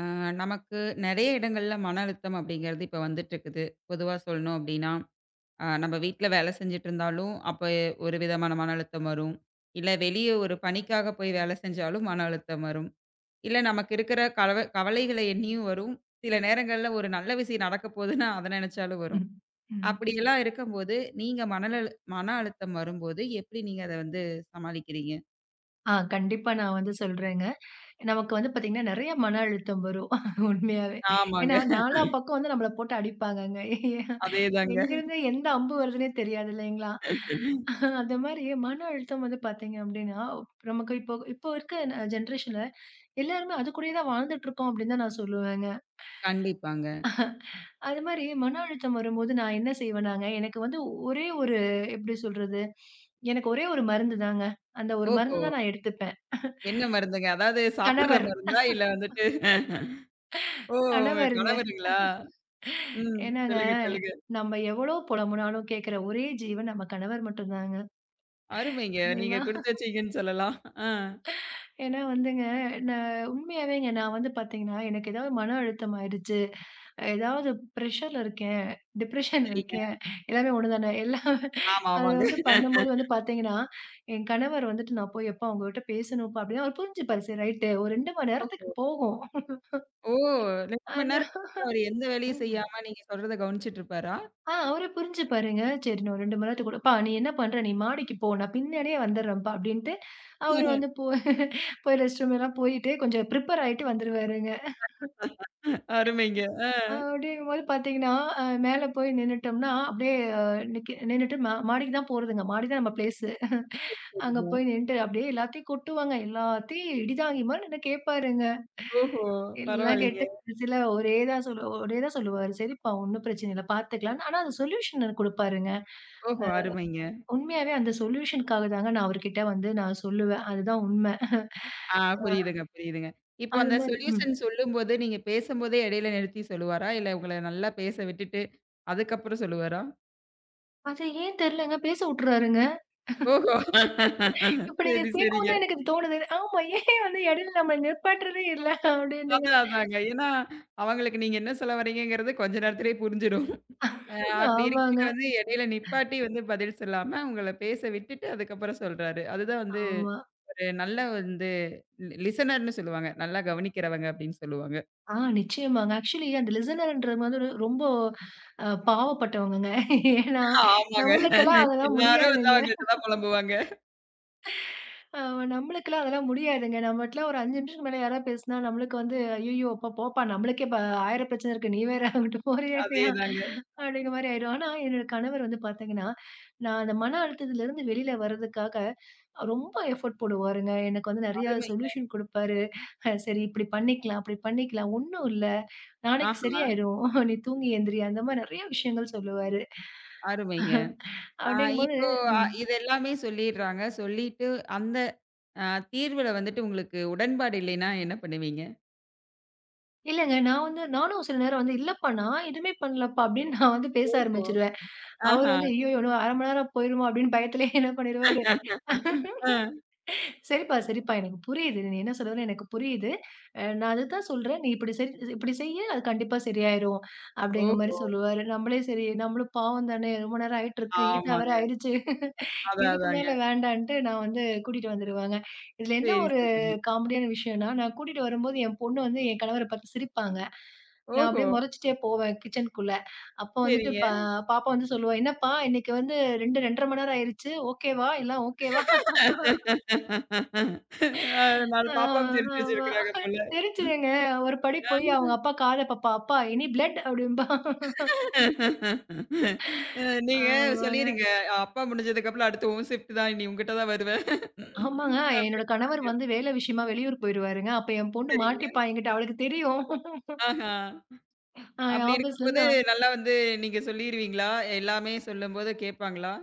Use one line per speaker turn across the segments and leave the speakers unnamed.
அ நமக்கு நெறைய இடங்கள்ல மன அழுத்தம் அப்படிங்கிறது இப்ப வந்துட்டுருக்குது. பொதுவா சொல்லணும் அப்படின்னா, நம்ம வீட்ல வேலை செஞ்சுட்டுருந்தாலும், அப்ப ஒரு விதமான மன அழுத்தம் வரும். இல்ல வெளிய ஒரு பணிக்காக போய் வேலை செஞ்சாலும் மன அழுத்தம் வரும். இல்ல நமக்கு இருக்கிற கவலைகள எண்ணியும் வரும். சில நேரங்கள்ல ஒரு நல்ல விஷயம் நடக்க போதுன்னா அத நெனச்சாலும் வரும்.
ம். ம்.
அப்படியெல்லாம் இருக்கும்போது, நீங்க மன அழுத்தம் வரும்போது எப்படி நீங்க அத வந்து சமாளிக்கிறீங்க?
ஆ கண்டிப்பா நான் வந்து சொல்றேங்க. நமக்கு வந்து பார்த்தீங்கன்னா, நெறைய மன அழுத்தம் வரும். உண்மையாவே.
ஆமாங்க.
ஏன்னா, நாலா பக்கம் வந்து நம்மள போட்டு அடிப்பாங்கங்க.
அதேதாங்க.
எங்கருந்து எந்த அம்பு வருதுன்னே தெரியாது இல்லைங்களா? அந்த மாரி மன அழுத்தம் வந்து பார்த்தீங்க அப்டின்னா, நமக்கு இப்போ இப்போ இருக்க ஜென்ரேஷன்ல எல்லாருமே அது கூடயே தான் வாழ்ந்துட்டுருக்கோம் அப்டின்னு தான் நான் சொல்லுவேங்க.
கண்டிப்பாங்க.
அது மாரி மன அழுத்தம் வரும்போது நான் என்ன செய்வேனாங்க, எனக்கு வந்து ஒரே ஒரு எப்டி சொல்றது? எனக்கு ஒரே ஒரு மருந்து தாங்க. அந்த ஒரு மருந்து
ஓஹோ!
தான் நான் எடுத்துப்பேன்.
என்ன மருந்துங்க? அதாவது சாப்பிடுற
கணவர்
மருந்தா? இல்ல வந்துட்டு ஓ! உங்க
கணவருங்க.
கணவருங்களா? ம்.
ஏன்னாங்க,
சொல்லுங்க, சொல்லுங்க.
நம்ம எவ்வளோ புலம்புனாலும் கேட்கிற ஒரே ஜீவன் நம்ம கணவர் மட்டும் தாங்க.
அருமைங்க. நீங்க
இல்லைங்களா?
குடுத்து வச்சீங்கன்னு சொல்லலாம். ஆ.
ஏன்னா வந்துங்க, நான் உண்மையாவேங்க நான் வந்து பார்த்தீங்கன்னா, எனக்கு ஏதாவது மன அழுத்தம் ஆயிடுச்சு, ஏதாவது ப்ரெஷர்ல இருக்கேன், டிப்ரஷன்ல
சரிங்க.
இருக்கேன், எல்லாமே ஒண்ணு தானே. எல்லாம்
ஆமா,
அது
ஆமாங்க.
வந்து பண்ணும்போது வந்து பார்த்தீங்கன்னா, என் கணவர் வந்துட்டு நான் போய் எப்பா உங்ககிட்ட பேசணும்ப்பா அப்படின்னா, அவர் புரிஞ்சுப்பாரு. சரி ரைட்டு ஒரு 2 மணி நேரத்துக்கு
ஓஹோ!
போகும்.
ஓ! 2 மணி
ஆனா
நேரம் வந்து அவரு எந்த வேலையும் செய்யாம நீங்க சொல்றத கவனிச்சுட்டு இருப்பாரா?
அவரு புரிஞ்சுப்பாருங்க. சரி நான் ஒரு 2 மணி நேரத்துக்கு கூட "ப்பா நீ என்ன பண்ற? நீ மாடிக்கு போ. நான் பின்னாடியே வந்துர்றேன்ப்பா" அப்படின்ட்டு அவரு வந்து போய் ரெஸ்ட் ரூம் எல்லாம் போயிட்டு கொஞ்சம் ப்ரிப்பேர் ஆயிட்டு வந்துருவாருங்க.
அருமைங்க. ஆ.
அப்படிங்கும்போது பார்த்தீங்கன்னா, மேல போய் நின்னுட்டோம்னா, அப்படியே நிக்க நின்னுட்டு மாடிக்கு தான் போறதுங்க. மாடி தான் நம்ம பிளேஸு. அங்க
சரிங்க.
போய் நின்னுட்டு அப்படியே எல்லாத்தையும் கொட்டுவாங்க. எல்லாத்தையும் இடிதாங்கி மாரி நின்னு கேட்பாருங்க.
ஓஹோ!
எல்லாம் கேட்டு
பரவாயில்லைங்க.
கடைசில ஒரே தான் சொல்லுவாரு. "சரிப்பா ஒண்ணும் பிரச்சனை இல்ல. பார்த்துக்கலாம்ன்னு" ஆனா அது சொல்யூஷன் குடுப்பாருங்க.
ஓஹோ! அருமைங்க.
உண்மையாவே அந்த சொல்யூஷன்க்காக தாங்க நான் அவர்கிட்ட வந்து நான் சொல்லுவேன். அதுதான் உண்மை.
ஆ, புரியுதுங்க, புரியுதுங்க. இப்போ
அது
அந்த
மாரி ம்.
சொல்யூஷன் சொல்லும்போது, நீங்க பேசும்போதே இடையில நிறுத்தி சொல்லுவாரா? இல்ல உங்கள நல்லா பேச விட்டுட்டு, அதுக்கப்புறம் சொல்லுவாரா?
அது ஏன் தெரியலங்க பேச உட்டுறாருங்க.
ஓஹோ!
இப்ப நீங்க
சரி,
கேட்கவும்
சரிங்க.
தான் எனக்கு இது தோணுது. ஆமா ஏன் வந்து இடையில நம்ம நிப்பாட்டுறதே இல்ல அப்டின்னுங்க.
அதான், அதாங்க. ஏன்னா, அவங்களுக்கு நீங்க என்ன சொல்ல வரீங்கங்கிறது கொஞ்ச நேரத்திலேயே புரிஞ்சிடும். அ அப்படி இருக்கையில
ஆமாங்க.
வந்து இடையில நிப்பாட்டி வந்து பதில் சொல்லாம, உங்கள பேச விட்டுட்டு அதுக்கப்புறம் சொல்றாரு. அதுதான் வந்து
ஆமா.
ஒரு நல்ல வந்து லிசனர்ன்னு சொல்லுவாங்க. நல்லா கவனிக்கிறவங்க அப்படின்னு சொல்லுவாங்க.
ஆ நிச்சயமாங்க. ஆக்சுவலி அந்த லிசனர்ன்ற மாதிரி ரொம்ப பாவப்பட்டவங்கங்க. ஏன்னா
ஆமாங்க.
நம்மளுக்கெல்லாம் அதெல்லாம்
எல்லாரும் வந்து
முடியாதுங்க.
அவங்கள்ட்ட தான் புலம்புவாங்க.
அ நம்மளுக்கெல்லாம் அதெல்லாம் முடியாதுங்க. நம்மட்டலாம் ஒரு 5 நிமிஷத்துக்கு மேல யாராவது பேசினா நம்மளுக்கு வந்து ஐய்யய்யோ! அப்பா போப்பா நம்மளுக்கே 1000 பிரச்சனை இருக்கு. நீ வேற அங்கிட்டு போறியா?
அதேதாங்க.
அப்படிங்கிற மாரி ஆயிரும். ஆனா, என்னோட கணவர் வந்து பார்த்தீங்கன்னா, நான் அந்த மன அழுத்தத்திலருந்து வெளியில வர்றதுக்காக ரொம்ப எஃபோர்ட் போடுவாருங்க. எனக்கு வந்து நெறைய
அருமைங்க.
சொல்யூஷன் குடுப்பாரு. சரி இப்படி பண்ணிக்கலாம், அப்படி பண்ணிக்கலாம். ஒண்ணும் இல்ல. நாளைக்கு
ஆஹா!
சரியாயிடும். நீ தூங்கி எந்திரி. அந்த மாரி நெறைய விஷயங்கள் சொல்லுவாரு.
அருமைங்க. ஆ
அப்படிங்கும்போது
இப்போ
ம்.
இது எல்லாமே சொல்லிடுறாங்க. சொல்லிட்டு அந்த அ தீர்வுல வந்துட்டு உங்களுக்கு உடன்பாடு இல்லைன்னா என்ன பண்ணுவீங்க?
இல்லங்க நான் வந்து நானும் சில நேரம் வந்து இல்லப்பா நான் எதுவுமே பண்ணலப்பா அப்படின்னு நான் வந்து பேச
ஓஹோ!
ஆரம்பிச்சுருவேன். அவர்
ஆஹா.
வந்து ஐய்யயோ! இன்னும் 1/2 மணி நேரம் போயிருமோ அப்படின்னு பயத்திலேயே என்ன பண்ணிருவாரு
ஆ.
சரிப்பா, சரிப்பா. எனக்கு புரியுது. நீ என்ன சொல்ல வர்றேன்னு எனக்கு புரியுது. நான் அதுதான் சொல்றேன். நீ இப்படி செய் இப்படி செய்யு. அது கண்டிப்பா சரியாயிரும். அப்படிங்கிற மாரி
ஓஹோ!
சொல்லுவாரு. நம்மளே சரி, நம்மளும் பாவம் தானே! ரொம்ப நேரம் ஆயிட்டுருக்கு. இருட்டா வேற
ஆமாங்க.
ஆயிடுச்சு.
அதான்
இதுக்கு
அதாங்க.
மேல வேண்டான்ட்டு நான் வந்து கூட்டிட்டு வந்துருவேங்க. இதுல என்ன
சரி,
ஒரு
சரிங்க.
காமெடியான விஷயம்ன்னா, நான் கூட்டிட்டு வரும்போது என் பொண்ணு வந்து என் கணவர பார்த்து சிரிப்பாங்க. நான்
ஓஹோ!
அப்படியே முறைச்சுட்டே போவேன் கிச்சனுக்குள்ள. அப்ப வந்துட்டு
சரிங்க.
பாப்பா வந்து சொல்லுவா, "என்னப்பா இன்னைக்கு வந்து 2, 2 1/2 மணி நேரம் ஆயிருச்சு. ஓகேவா? எல்லாம் ஓகேவா?"
அ 4
ஆ,
பாப்பாவும் தெரிஞ்சு
ஆமா.
வச்சிருக்கிறாங்க போல. ம்.
தெரிஞ்சுதுங்க. ஒரு படி போய் அவங்க அப்பா காத பாப்பா, "அப்பா எனி பிளட்" அப்படிம்பா.
அ நீங்க
ஆமாங்க.
சொல்லிருங்க. அப்பா முடிஞ்சதுக்கப்புறம் அடுத்து உன் ஷிஃப்ட் தான். இனி உன்கிட்ட தான் வருவேன்.
ஆமாங்க. என்னோட
அப்படின்னு
கணவர்
சொல்லுங்க.
வந்து வேலை விஷயமா வெளியூர் போயிருவாருங்க. அப்ப என் பொண்ணு
சரிங்க.
மாட்டிப்பா என்கிட்ட. அவளுக்கு தெரியும்.
ஆஹா.
அ
அப்படி இருக்கும்போது,
ஆஃபீஸ்லேருந்து வ
நல்லா வந்து நீங்க சொல்லிருவீங்களா? எல்லாமே சொல்லும்போது கேட்பாங்களா?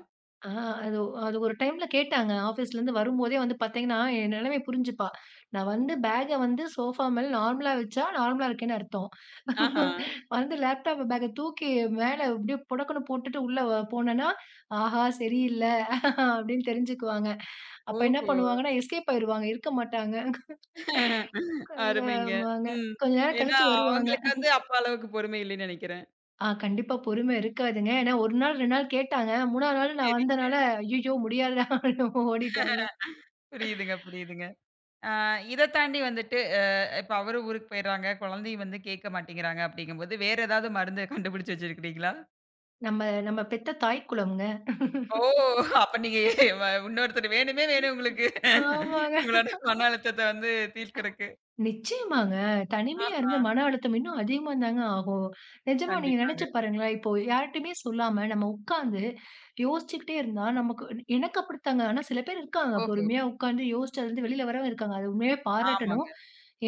ஆ அது அது ஒரு டைம்ல கேட்டாங்க. ஆஃபீஸ்லேருந்து வரும்போதே வந்து பார்த்தீங்கன்னா, என் நிலைமைய புரிஞ்சுப்பா. நான் வந்து பேக்க வந்து சோஃபா மேல நார்மலா வச்சா, நார்மலா இருக்கேன்னு அர்த்தம்.
ஆஹா!
வந்து லேப்டாப் பேக்க தூக்கி மேல அப்படியே புடக்குன்னு போட்டுட்டு உள்ள போனேன்னா, "ஆஹா! சரியில்ல" அப்படின்னு தெரிஞ்சுக்குவாங்க. அப்ப என்ன
ஓஹோ!
பண்ணுவாங்கன்னா, எஸ்கேப் ஆயிருவாங்க. இருக்க மாட்டாங்க.
அருமைங்க.
ஆமாங்க.
ம்.
கொஞ்ச நேரம்
ஏன்னா,
கழிச்சு வருவாங்க.
அவங்களுக்கு வந்து அப்ப அளவுக்கு பொறுமை இல்லைன்னு நெனைக்கிறேன்.
ஆ கண்டிப்பா பொறுமை இருக்காதுங்க. ஏன்னா 1 நாள், 2 நாள் கேட்டாங்க. 3ஆவது நாள் நான்
சரிங்க.
வந்தனால, "ஐயய்யோ! முடியாதுடா" அப்படின்னு ஓடிட்டாங்க.
புரியுதுங்க, புரியுதுங்க. ஆ இத தாண்டி வந்துட்டு, இப்ப அவரும் ஊருக்கு போயிடுறாங்க. குழந்தையும் வந்து கேட்க மாட்டேங்கிறாங்க அப்படிங்கும்போது, வேற ஏதாவது மருந்து கண்டுபிடிச்சு வச்சிருக்கிறீங்களா?
நம்ம நம்ம பெத்த தாய் குலம்ங்க.
ஓ! அப்ப நீங்க இன்னொருத்தர் வேணுமே வேணும் உங்களுக்கு.
ஆமாங்க.
உங்களோட மன அழுத்தத்த வந்து தீர்க்கறக்கு.
நிச்சயமாங்க. தனிமையா
ஆஹா!
இருந்து மன அழுத்தம் இன்னும் அதிகமா தாங்க ஆகும். நிஜமா நீங்க நெனச்சு
கண்டிப்பாங்க.
பாருங்களேன், இப்போ யார்ட்டயுமே சொல்லாம நம்ம உட்காந்து யோசிச்சுக்கிட்டே இருந்தா எனக்கு அப்படித்தாங்க. ஆனா சில பேர் இருக்காங்க.
ஓஹோ!
பொறுமையா உட்காந்து யோசிச்சு அதுலருந்து வெளில வரவங்க இருக்காங்க. அது உண்மையாவே பாராட்டணும்.
ஆமாங்க.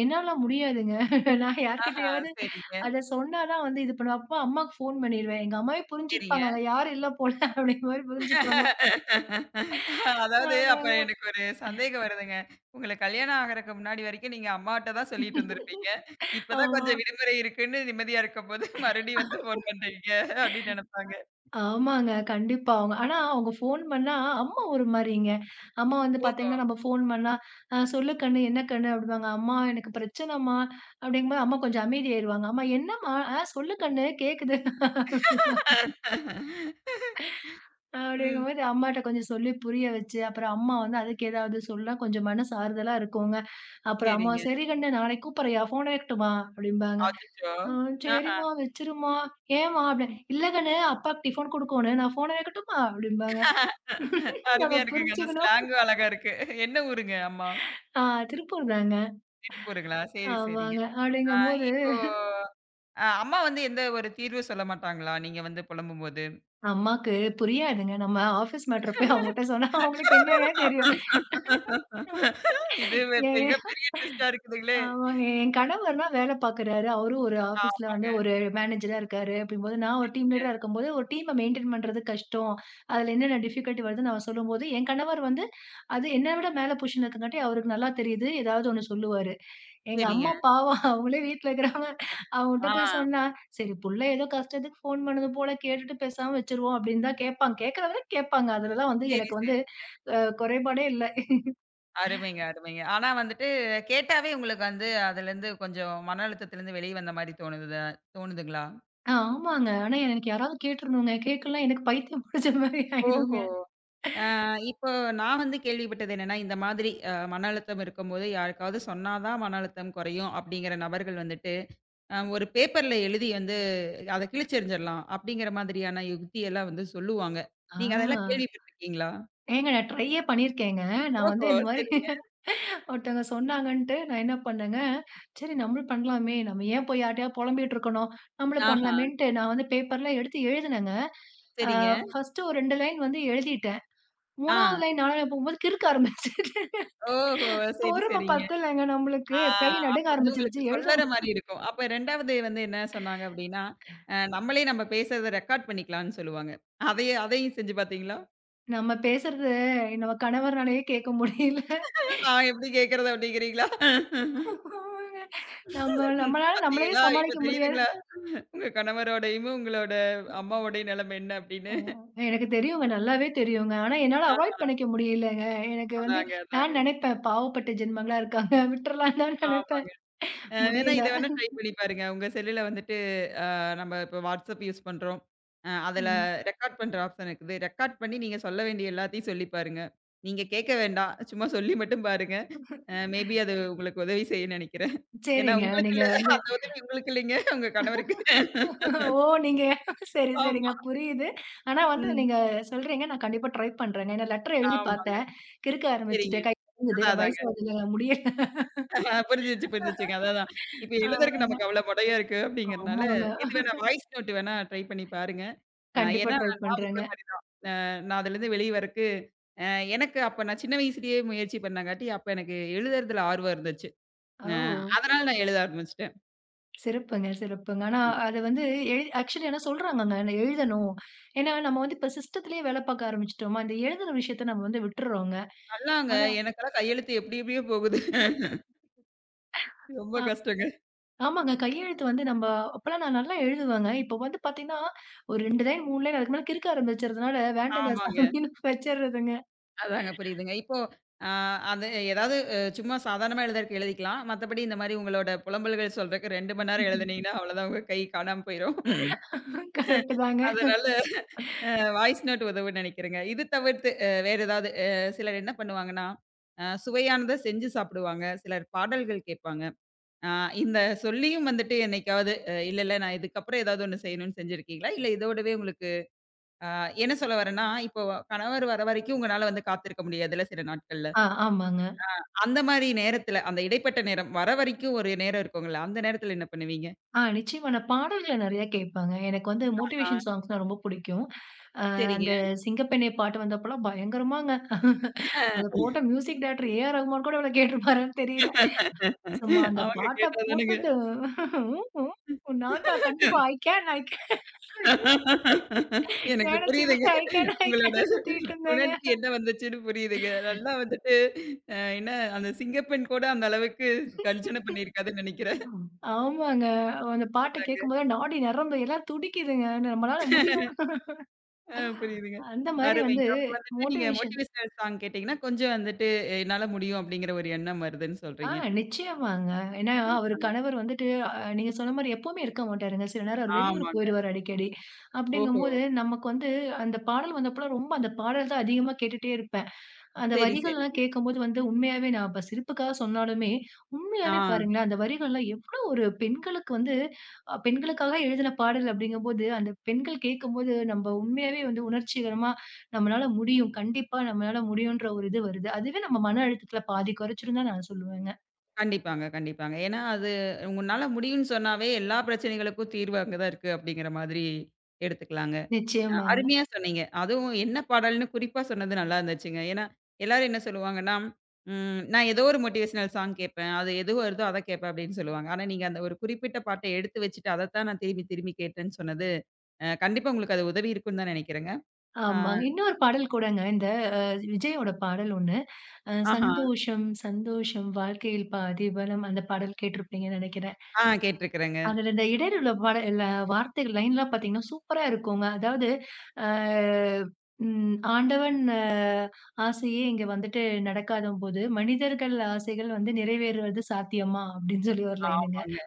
என்னால முடியாதுங்க. நான்
ஆஹா,
யார்கிட்டயாவது
சரிங்க,
அத சொன்னா தான் வந்து இது பண்ணுவேன். அப்பா அம்மாக்கு ஃபோன் பண்ணிருவேன். எங்க அம்மாவே புரிஞ்சுப்பாங்க.
சரிங்க.
அங்க யாரும் இல்ல போல அப்படிங்கிற மாரி புரிஞ்சுப்பாங்க.
அதாவது அப்ப
ஆமாங்க.
எனக்கு ஒரு சந்தேகம் வருதுங்க. உங்களுக்கு கல்யாணம் ஆகறக்கு முன்னாடி வரைக்கும் நீங்க அம்மாட்ட தான் சொல்லிட்டு இருந்திருப்பீங்க. இப்ப தான்
ஆமா.
கொஞ்சம் விடுமுறை இருக்குன்னு நிம்மதியா இருக்கும்போது, மறுபடியும் வந்து ஃபோன் பண்றீங்க அப்படின்னு நெனப்பாங்க.
ஆமாங்க. கண்டிப்பா. ஆனா அவங்க ஃபோன் பண்ணா, அம்மா ஒரு மாரிங்க. அம்மா வந்து
ஓஹோ!
பாத்தீங்கன்னா, நம்ம ஃபோன் பண்ணா, "அ சொல்லு கண்ணு, என்ன கண்ணு?" அப்படிம்பாங்க. "அம்மா எனக்கு பிரச்சனம்மா" அப்படிங்கும்போது அம்மா கொஞ்சம் அமைதியாயிருவாங்க. "அம்மா என்னம்மா? அ சொல்லு கண்ணு கேக்குது."
ம்.
அப்படிங்கும்போது அம்மாட்ட கொஞ்சம் சொல்லி புரிய வச்சு, அப்புறம் அம்மா வந்து அதுக்கு ஏதாவது சொன்னா கொஞ்சம் மனசு ஆறுதலா இருக்குங்க. அப்புறம் அம்மா,
சரிங்க.
"சரி கண்ணு நாளைக்கு கூப்பட்றேன்யா, ஃபோன் வைக்கட்டுமா?" அப்படிம்பாங்க.
அச்சச்சோ!
"ஆ
ஆஹா.
சரிம்மா வச்சுரும்மா." "ஏம்மா?" அப்படின் "இல்ல கண்ணு அப்பாக்கு டிஃபன் குடுக்கோணும். நான் ஃபோன வைக்கட்டுமா?" அப்படிம்பாங்க. நம்ம
அருமையா இருக்குங்க. அந்த
புரிஞ்சுக்கணும்.
ஸ்லாங்கும் அழகா இருக்கு. என்ன ஊருங்க அம்மா?
ஆ திருப்பூர் தாங்க.
திருப்பூருங்களா? சரி, சரிங்க.
ஆமாங்க.
ஆ
அப்படிங்கும்போது
இப்போ அம்மா வந்து எந்த ஒரு தீர்வு சொல்ல மாட்டாங்களா? நீங்க வந்து புலம்பும்போது?
அம்மாக்கு புரியாதுங்க. நம்ம ஆஃபீஸ் மேட்டர் போய் அவங்கட்ட சொன்னா அவங்களுக்கு என்னங்க தெரியும்?
இது
ஏங்க
மிகப்பெரிய ட்விஸ்ட்டா இருக்குதுங்களே!
ஆமாங்க. என் கணவர் தான் வேலை பார்க்குறாரு. அவரும் ஒரு ஆஃபீஸ்ல
ஆமாங்க.
வந்து ஒரு மேனேஜரா இருக்காரு. அப்படிங்கும்போது நான் ஒரு டீம்
சரிங்க,
லீடரா இருக்கும்போது, ஒரு டீம மெயின்டெயின் பண்றது கஷ்டம். அதுல என்னென்ன டிஃபிகல்டி வருதுன்னு அவர் சொல்லும்போது, என் கணவர் வந்து அது என்ன விட மேல பொசிஷன்ல இருக்கங்காட்டி அவருக்கு நல்லா தெரியுது. ஏதாவது ஒண்ணு சொல்லுவாரு. எங்க
சரிங்க.
அம்மா பாவம் அவங்களே வீட்ல இருக்கிறாங்க. அவங்கள்ட்ட
ஆ.
போய் சொன்னா, "சரி புள்ள ஏதோ கஷ்டத்துக்கு ஃபோன் பண்ணுது போல கேட்டுட்டு பேசாம வச்சுருவோம்" அப்படின்னு தான் கேட்பாங்க. கேட்கற வரைக்கும் கேட்பாங்க. அதுலலாம் வந்து
சரி,
எனக்கு
சரி.
வந்து குறைபாடே இல்ல.
அருமைங்க, அருமைங்க. ஆனா வந்துட்டு கேட்டாவே உங்களுக்கு வந்து அதுலருந்து கொஞ்சம் மன அழுத்தத்துலருந்து வெளிய வந்த மாரி தோணுதுதா தோணுதுங்களா?
ஆமாங்க. ஆனா எனக்கு யாராவது கேட்டுறணுங்க. கேட்கலனா எனக்கு பைத்தியம் பிடிச்ச மாரி
ஓஹோ!
ஆயிருங்க.
ஆ, இப்போ நான் வந்து கேள்விப்பட்டது என்னன்னா, இந்த மாதிரி மன அழுத்தம் இருக்கும்போது, யாருக்காவது சொன்னா தான் மன அழுத்தம் குறையும் அப்படிங்கிற நபர்கள் வந்துட்டு, ஒரு பேப்பர்ல எழுதி வந்து அத கிழிச்செறிஞ்சிடலாம் அப்படிங்கிற மாதிரியான யுக்தியெல்லாம் வந்து சொல்லுவாங்க. நீங்க அதெல்லாம்
ஆ.
கேள்விப்பட்டுருக்கீங்களா?
ஏங்க நான் ட்ரையே பண்ணியிருக்கேங்க. நான் வந்து
ஓஹோ!
இந்த மாரி
சரிங்க.
ஒருத்தவங்க சொன்னாங்கன்ட்டு, நான் என்ன பண்ணேங்க, சரி நம்மளும் பண்ணலாமே! நம்ம ஏன் போய் யார்ட்டயாவது புலம்பிட்டு இருக்கணும்? நம்மளும்
ஆஹா!
பண்ணலாமேன்ட்டு நான் வந்து பேப்பர்லாம் எடுத்து எழுதினேங்க. ஆ
சரிங்க.
ஃபர்ஸ்ட்டு ஒரு 2 லைன் வந்து எழுதிட்டேன்.
ஆ.
3வது லைன் 4 லைன் போகும்போது கிறுக்க ஆரம்பிச்சுருச்சு.
ஓஹோ! சரி,
பொறும
சரிங்க.
பத்தலங்க நம்மளுக்கு.
ஆ
கை
அப்ப
நடுங்க
வந்து
ஆரம்பிச்சுருச்சு.
உங்களுக்கு
எழுத
சொல்லற மாரி இருக்கும். அப்ப 2வது வந்து என்ன சொன்னாங்க அப்படின்னா, நம்மளே நம்ம பேசுறத ரெக்கார்ட் பண்ணிக்கலாம்னு சொல்லுவாங்க. அதையும் செஞ்சு பார்த்தீங்களா?
நம்ம பேசுறது நம்ம கணவர்னாலயே கேட்க முடியல.
நான் எப்படி கேட்கிறது அப்படிங்கிறீங்களா? ம்.
ஆமாங்க. நம்மளால நம்மளையே
பார்த்தீங்களா? இப்ப
சமாளிக்க முடியாது.
தெரியுதுங்களா? உங்க கணவரோடையும், உங்களோட அம்மாவோடயும் நிலைமை என்ன
அ
அப்படின்னு.
எனக்கு தெரியுங்க. நல்லாவே தெரியுங்க. ஆனா என்னால அவாய்ட் பண்ணிக்க முடியலங்க. எனக்கு வந்து
அதாங்க, அதாங்க.
நான் நெனைப்பேன், பாவப்பட்ட ஜென்மங்களா இருக்காங்க. விட்டுறலாம் தான் நெனைப்பேன்.
ஆமாங்க. வேணா
முடியல.
இத வேணா ட்ரை பண்ணி பாருங்க. உங்க செல்லுல வந்துட்டு நம்ம இப்ப WhatsApp யூஸ் பண்றோம். அதுல
ம்.
ரெக்கார்ட் பண்ற ஆப்ஷன் இருக்குது. ரெக்கார்ட் பண்ணி நீங்க சொல்ல வேண்டிய எல்லாத்தையும் சொல்லி பாருங்க. நீங்க கேட்க வேண்டாம். சும்மா சொல்லி மட்டும் பாருங்க. மேபி அது உங்களுக்கு உதவி செய்யும்னு நெனைக்கிறேன். ஏன்னா
சரிங்க.
உங்களுக்கு
நீங்க
இல்ல.
வந்து
அந்த உதவி உங்களுக்கு இல்லைங்க. உங்க கணவருக்கு.
ஓ! நீங்க சரி, சரிங்க.
ஆமா.
புரியுது. ஆனா வந்து
ம்.
நீங்க சொல்றீங்க. நான் கண்டிப்பா ட்ரை பண்றேங்க. ஏன்னா லெட்டர் எழுதி
ஆமாங்க.
பார்த்தேன். கிறுக்க
சரிங்க.
ஆரம்பிச்சுட்டேன். கை நடுங்குது.
அதான்
நான்
அதாங்க.
வயசாகுதுல்லங்க முடியல.
ஆ, புரிஞ்சிச்சு, புரிஞ்சிச்சுங்க. அதான், அதான். இப்ப எழுதுறக்கு
ஆமாங்க.
நமக்கு அவ்வளோ கொடையா இருக்கு அப்டிங்கிறனால,
ஆமாங்க.
இது வேணா வாய்ஸ் நோட் வேணா ட்ரை பண்ணி பாருங்க.
கண்டிப்பா
ஏன்னா
ட்ரை
நான் உங்கள
பண்றேங்க.
மாரி தான். நான் அதுலருந்து வெளிய வரக்கு, அ எனக்கு அப்ப நான் சின்ன வயசுலயே முயற்சி பண்ணங்காட்டி, அப்ப எனக்கு எழுதுறதுல ஆர்வம் இருந்துச்சு. அ
ஓ!
அதனால நான் எழுத ஆரம்பிச்சுட்டேன்.
சிறப்புங்க, சிறப்புங்க. ஆனா அது வந்து ஆக்சுவலி ஆனா சொல்றாங்கங்க. நான் எழுதணும். ஏன்னா நம்ம வந்து இப்ப சிஸ்டத்திலேயே வேலை பார்க்க ஆரம்பிச்சுட்டோமா, இந்த எழுதுற விஷயத்த நம்ம வந்து விட்டுர்றோங்க.
நல்லாங்க
ஆனா
எனக்கெல்லாம் கையெழுத்து எப்டி எப்டியோ போகுது. ரொம்ப
அ
கஷ்டங்க.
ஆமாங்க. கையெழுத்து வந்து நம்ம அப்பலாம் நான் நல்லா எழுதுவேங்க. இப்ப வந்து பார்த்தீங்கன்னா, ஒரு 2 லைன் 3 லைன் அதுக்கு மேல கிறுக்க ஆரம்பிச்சறதுனால வேண்டாம்டா
ஆமாங்க.
சாமின்னு வச்சர்றதுங்க.
அதாங்க புரியுதுங்க. இப்போ அ அது ஏதாவது சும்மா சாதாரணமா எழுதுறக்கு எழுதிக்கலாம். மத்தபடி இந்த மாரி உங்களோட புலம்பல்கள் சொல்றக்கு 2 மணி நேரம் எழுதுனீங்கன்னா, அவ்வளோதான் உங்க கை காணாம போயிரும்.
கரெக்ட் தாங்க.
அதனால அ வாய்ஸ் நோட் உதவும்ன்னு நெனைக்கிறேங்க. இது தவிர்த்து வேற ஏதாவது சிலர் என்ன பண்ணுவாங்கன்னா, சுவையானத செஞ்சு சாப்பிடுவாங்க. சிலர் பாடல்கள் கேட்பாங்க. அ இந்த சொல்லியும் வந்துட்டு என்னைக்காவது இல்ல, இல்ல நான் இதுக்கப்புறம் ஏதாவது ஒண்ணு செய்யணும்னு செஞ்சிருக்கீங்களா? இல்ல இதோடவே உங்களுக்கு அ என்ன சொல்ல வரேன்னா, இப்போ கணவர் வர வரைக்கும் உங்கனால வந்து காத்திருக்க முடியாதுல்ல சில நாட்கள்ல.
ஆ ஆமாங்க.
அந்த மாரி நேரத்துல, அந்த இடைப்பட்ட நேரம் வர வரைக்கும் ஒரு நேரம் இருக்கும்ல, அந்த நேரத்துல என்ன பண்ணுவீங்க?
ஆ நிச்சயமா நான் பாடல்கள நெறைய கேட்பேங்க. எனக்கு வந்து
ஆ.
மோட்டிவேஷன் சாங்ஸ்னா ரொம்ப புடிக்கும். அ
சரிங்க.
அந்த சிங்கப்பெண்ணே பாட்டு வந்தப்பலாம் பயங்கரமாங்க. அத போட்ட music director A. R. Rahman கூட இவ்வளோ கேட்டிருப்பாரான்னு தெரியல. சும்மா அந்த
அவங்க
பாட்ட
கேட்டா தானங்க.
போட்டுட்டு ம், ம். நான் தான் கண்டிப்பா ஐ கேன், ஐ கேன்,
எனக்கு
கேன் அச்சீவ் மை
புரியுதுங்க.
ஐ கேன், ஐ
உங்களோட
கேன்னு சுத்திட்டு இருந்தேங்க.
உணர்ச்சி என்ன வந்துச்சுன்னு புரியுதுங்க. நல்லா வந்துட்டு என்ன அந்த சிங்கப்பெண் கூட அந்த அளவுக்கு கர்ஜன பண்ணியிருக்காதுன்னு நெனைக்கிறேன்.
ஆமாங்க. அந்த பாட்ட
அதாங்க.
கேட்கும்போது நாடி நரம்பு எல்லாம் துடிக்குதுங்க. நம்மளால முடியும்.
ஆ, புரியுதுங்க.
அந்த மாரி வந்து
அருமைங்க. அப்ப வந்துட்டு நீங்க
மோட்டிவேஷன்
மோட்டிவேஷனல் சாங் கேட்டீங்கன்னா, கொஞ்சம் வந்துட்டு என்னால முடியும் அப்படிங்கிற ஒரு எண்ணம் வருதுன்னு
ஆ
சொல்றீங்க.
நிச்சயமாங்க. ஏன்னா, அவர்
கண்டிப்பாங்க.
கணவர் வந்துட்டு நீங்க சொன்ன மாரி எப்பவுமே இருக்க மாட்டாருங்க. சில நேரம் அவர் வெளியூர்
ஆமாங்க.
போயிருவாரு அடிக்கடி.
ஓஹோ!
அப்படிங்கும்போது நமக்கு வந்து அந்த பாடல் வந்தப்பலாம் ரொம்ப அந்த பாடல் தான் அதிகமா கேட்டுட்டே இருப்பேன். அந்த
சரி,
வரிகள்லாம்
சரிங்க.
கேட்கும்போது வந்து உண்மையாவே நான் இப்ப சிரிப்புக்காக சொன்னாலுமே,
ஆ,
உண்மையாவே பாருங்களேன், அந்த வரிகள்லாம் எவ்ளோ ஒரு பெண்களுக்கு வந்து பெண்களுக்காக எழுதின பாடல் அப்படிங்கும்போது, அந்த பெண்கள் கேட்கும்போது நம்ம உண்மையாவே வந்து உணர்ச்சிகரமா, நம்மளால முடியும். கண்டிப்பா நம்மளால முடியுன்ற ஒரு இது வருது. அதுவே நம்ம மன அழுத்தத்துல பாதி குறைச்சிரும் தான் நான் சொல்லுவேங்க.
கண்டிப்பாங்க, கண்டிப்பாங்க. ஏன்னா அது உன்னால முடியும்ன்னு சொன்னாவே எல்லா பிரச்சனைகளுக்கும் தீர்வு அங்க தான் இருக்கு அப்படிங்கிற மாதிரி எடுத்துக்கலாங்க.
நிச்சயமாங்க.
அருமையா சொன்னீங்க. அதுவும் என்ன பாடல்னு குறிப்பா சொன்னது நல்லா இருந்துச்சுங்க. ஏன்னா, எல்லாரும் என்ன சொல்லுவாங்கன்னா, நான் ஏதோ ஒரு மோட்டிவேஷனல் சாங் கேட்பேன். அது எது வருதோ அத கேட்பேன் அப்படின்னு சொல்லுவாங்க. ஆனா நீங்க அந்த ஒரு குறிப்பிட்ட பாட்ட எடுத்து வச்சுட்டு அதத்தான் நான் திரும்பி திரும்பி கேட்டேன்னு சொன்னது, கண்டிப்பா உங்களுக்கு அது உதவி இருக்குன்னு தான் நெனைக்கிறேங்க. ஆ
ஆமாங்க. இன்னொரு பாடல் கூடங்க. இந்த அ விஜயோட பாடல் ஒண்ணு.
ஆஹா.
சந்தோஷம், சந்தோஷம் வாழ்க்கையில் பாதி பலம். அந்த பாடல் கேட்டிருப்பீங்கன்னு நெனைக்கிறேன்.
கேட்டுருக்கிறேங்க.
அதுல இந்த இடையில பாட இல்ல வார்த்தைகள் லைன்லாம் பார்த்தீங்கன்னா, சூப்பரா இருக்குங்க. அதாவது, அ ம் ஆண்டவன் ஆசையே இங்க வந்துட்டு நடக்காதம்போது, மனிதர்கள் ஆசைகள் வந்து நிறைவேறுவது சாத்தியமா? அப்படின்னு சொல்லி ஒரு லைனுங்க.
ஆமாங்க.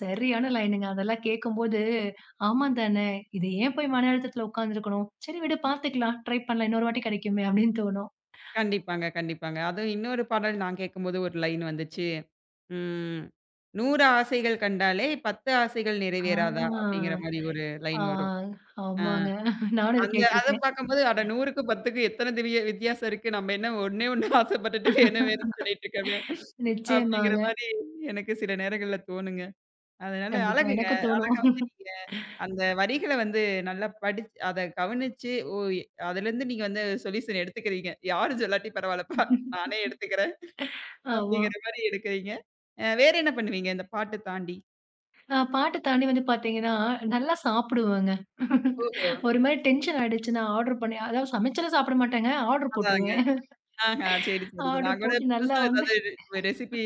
சரியான லைனுங்க. அதெல்லாம் கேட்கும்போது, ஆமா தானே! இது ஏன் போய் மன அழுத்தத்துல உட்காந்துருக்கணும்? சரி விடு பார்த்துக்கலாம். ட்ரை பண்ணலாம். இன்னொரு வாட்டி கிடைக்குமே அப்படின்னு தோணும்.
கண்டிப்பாங்க, கண்டிப்பாங்க. அதுவும் இன்னொரு பாடல் நான் கேட்கும்போது ஒரு லைன் வந்துச்சு. ம். "100 ஆசைகள் கண்டாலே 10 ஆசைகள்
ஆ,
நிறைவேறாதா?" அப்படிங்கிற மாரி ஒரு
ஆ
லைன் வரும். ஆ.
ஆமாங்க. நானும் இது
அத
கேட்டுருக்கேன்.
பார்க்கும்போது, அட 100க்கு 10க்கு எத்தன திவிய வித்தியாசம் இருக்கு. நம்ம என்ன ஒண்ணே ஒண்ணு ஆசைப்பட்டுட்டு வேணும் வேணும்னு சொல்லிட்டு இருக்கோமே! அப்பிடிங்கிற
நிச்சயமாங்க.
மாரி எனக்கு சில நேரங்கள்ல தோணுங்க. அதனால
கண்டிப்பா
அழகுங்க.
எனக்கும் தோணும்.
அழகா வந்து நீங்க அந்த வரிகள வந்து நல்லா படிச்சு அத கவனிச்சு, ஓ! அதுலேருந்து நீங்க வந்து சொல்யூஷன் எடுத்துக்கிறீங்க. யாரும் சொல்லாட்டி பரவாயில்லப்பா! நானே எடுத்துக்கிறேன்.
ஆமா.
அப்பிடிங்கிற மாரி எடுக்கிறீங்க. வேற என்ன பண்ணுவீங்க? இந்த பாட்டு தாண்டி?
பாட்டு தாண்டி வந்து பார்த்தீங்கன்னா, நல்லா சாப்பிடுவேங்க.
ஓஹோ!
ஒரு மாரி டென்ஷன் ஆயிடுச்சுன்னா, ஆர்டர் பண்ணி அதாவது சமைச்செல்லாம் சாப்பிட மாட்டேங்க. ஆர்டர்
அதாங்க.
போட்டுருவேன்.
ஆஹா. சரி, சரிங்க.
ஆர்டர்
நான் கூட
போட்டு நல்லா
புதுசா
வந்து
ஏதாவது ரெசிபி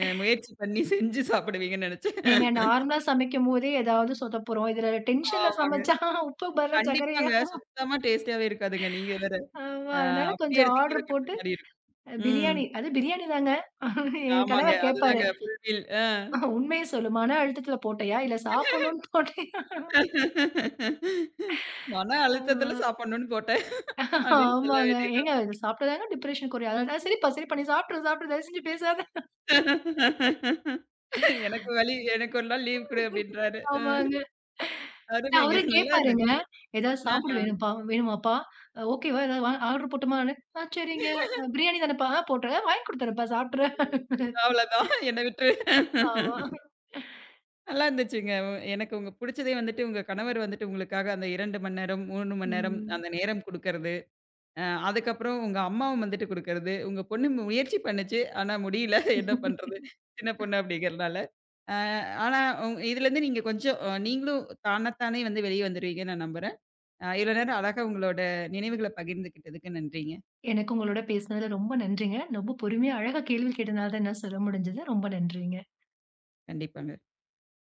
முயற்சி பண்ணி செஞ்சு சாப்பிடுவீங்கன்னு நெனச்சேன்.
ஏங்க நார்மலா சமைக்கும்போதே ஏதாவது சொதப்புரும். இதுல டென்ஷன்ல
ஆமாங்க.
சமைச்சா உப்பு பதிலா
கண்டிப்பாங்க.
சர்க்கரையாகும்.
சுத்தமா டேஸ்டியாவே இருக்காதுங்க. நீங்க வேற.
ஆமா.
ஆ
அதனால
அப்படியே
கொஞ்சம்
எடுத்து கீழ
ஆர்டர்
கொட்டுற
போட்டு
மாரி இருக்கும். ம்.
பிரியாணி தாங்க. என்
ஆமாங்க.
கணவர் கேட்பாரு.
அதுதாங்க ஃபுல் மீல். ஆ.
உண்மைய சொல்லு. மன அழுத்தத்தில போட்டயா? இல்ல சாப்பிடணும்னு போட்டயா?
மன அழுத்தத்துல சாப்பிடணும்னு போட்டேன். அப்படின்னு சொல்ல
ஆமாங்க. ஏங்க
வேண்டியதுதான்.
இத சாப்பிட்டா தாங்க டிப்ரஷன் குறையும். அதனால தான் சரிப்பா சரிப்பா நீ சாப்ட்ரு சாப்ட்ரு தயவு செஞ்சு பேசாத.
எனக்கு வலி. எனக்கு ஒரு நாள் லீவ் குடு அப்படின்றாரு.
ஆமாங்க. நான்
அருமைங்க.
அவரே
நல்லா
கேட்பாருங்க.
இருந்துச்சு.
"ஏதாவது சாப்பிட
ஆஹா.
வேணும்ப்பா வேணுமாப்பா? அ ஓகேவா? ஏதாவது வா ஆர்டர் போட்டுமான்னு" "ஆ சரிங்க. அ பிரியாணி தானேப்பா! ஆ போட்டுறேன். வாங்கி குடுத்துறேன்ப்பா சாப்பிட்டுரு."
அவ்வளோதான். என்ன விட்டுரு.
ஆமா.
நல்லா இருந்துச்சுங்க. எனக்கு உங்க புடிச்சதே வந்துட்டு, உங்க கணவர் வந்துட்டு உங்களுக்காக அந்த 2 மணி நேரம், 3 மணி நேரம்
ம்.
அந்த நேரம் குடுக்கறது. அதுக்கப்புறம் உங்க அம்மாவும் வந்துட்டு குடுக்கறது. உங்க பொண்ணு முயற்சி பண்ணுச்சு. ஆனா முடியல. என்ன பண்றது? சின்ன பொண்ணு அப்படிங்கிறனால. அ ஆனா இதுலருந்து நீங்க கொஞ்சம் நீங்களும் தானத்தானே வந்து வெளிய வந்துருவீங்கன்னு நான் நம்புறேன். இவ்வளோ நேரம் அழகா உங்களோட நினைவுகள பகிர்ந்துக்கிட்டதுக்கு நன்றிங்க.
எனக்கு உங்களோட பேசினதுல ரொம்ப நன்றிங்க. ரொம்ப பொறுமையா, அழகா கேள்வி கேட்டனால தான் என்னால சொல்ல முடிஞ்சது. ரொம்ப நன்றிங்க.
கண்டிப்பாங்க.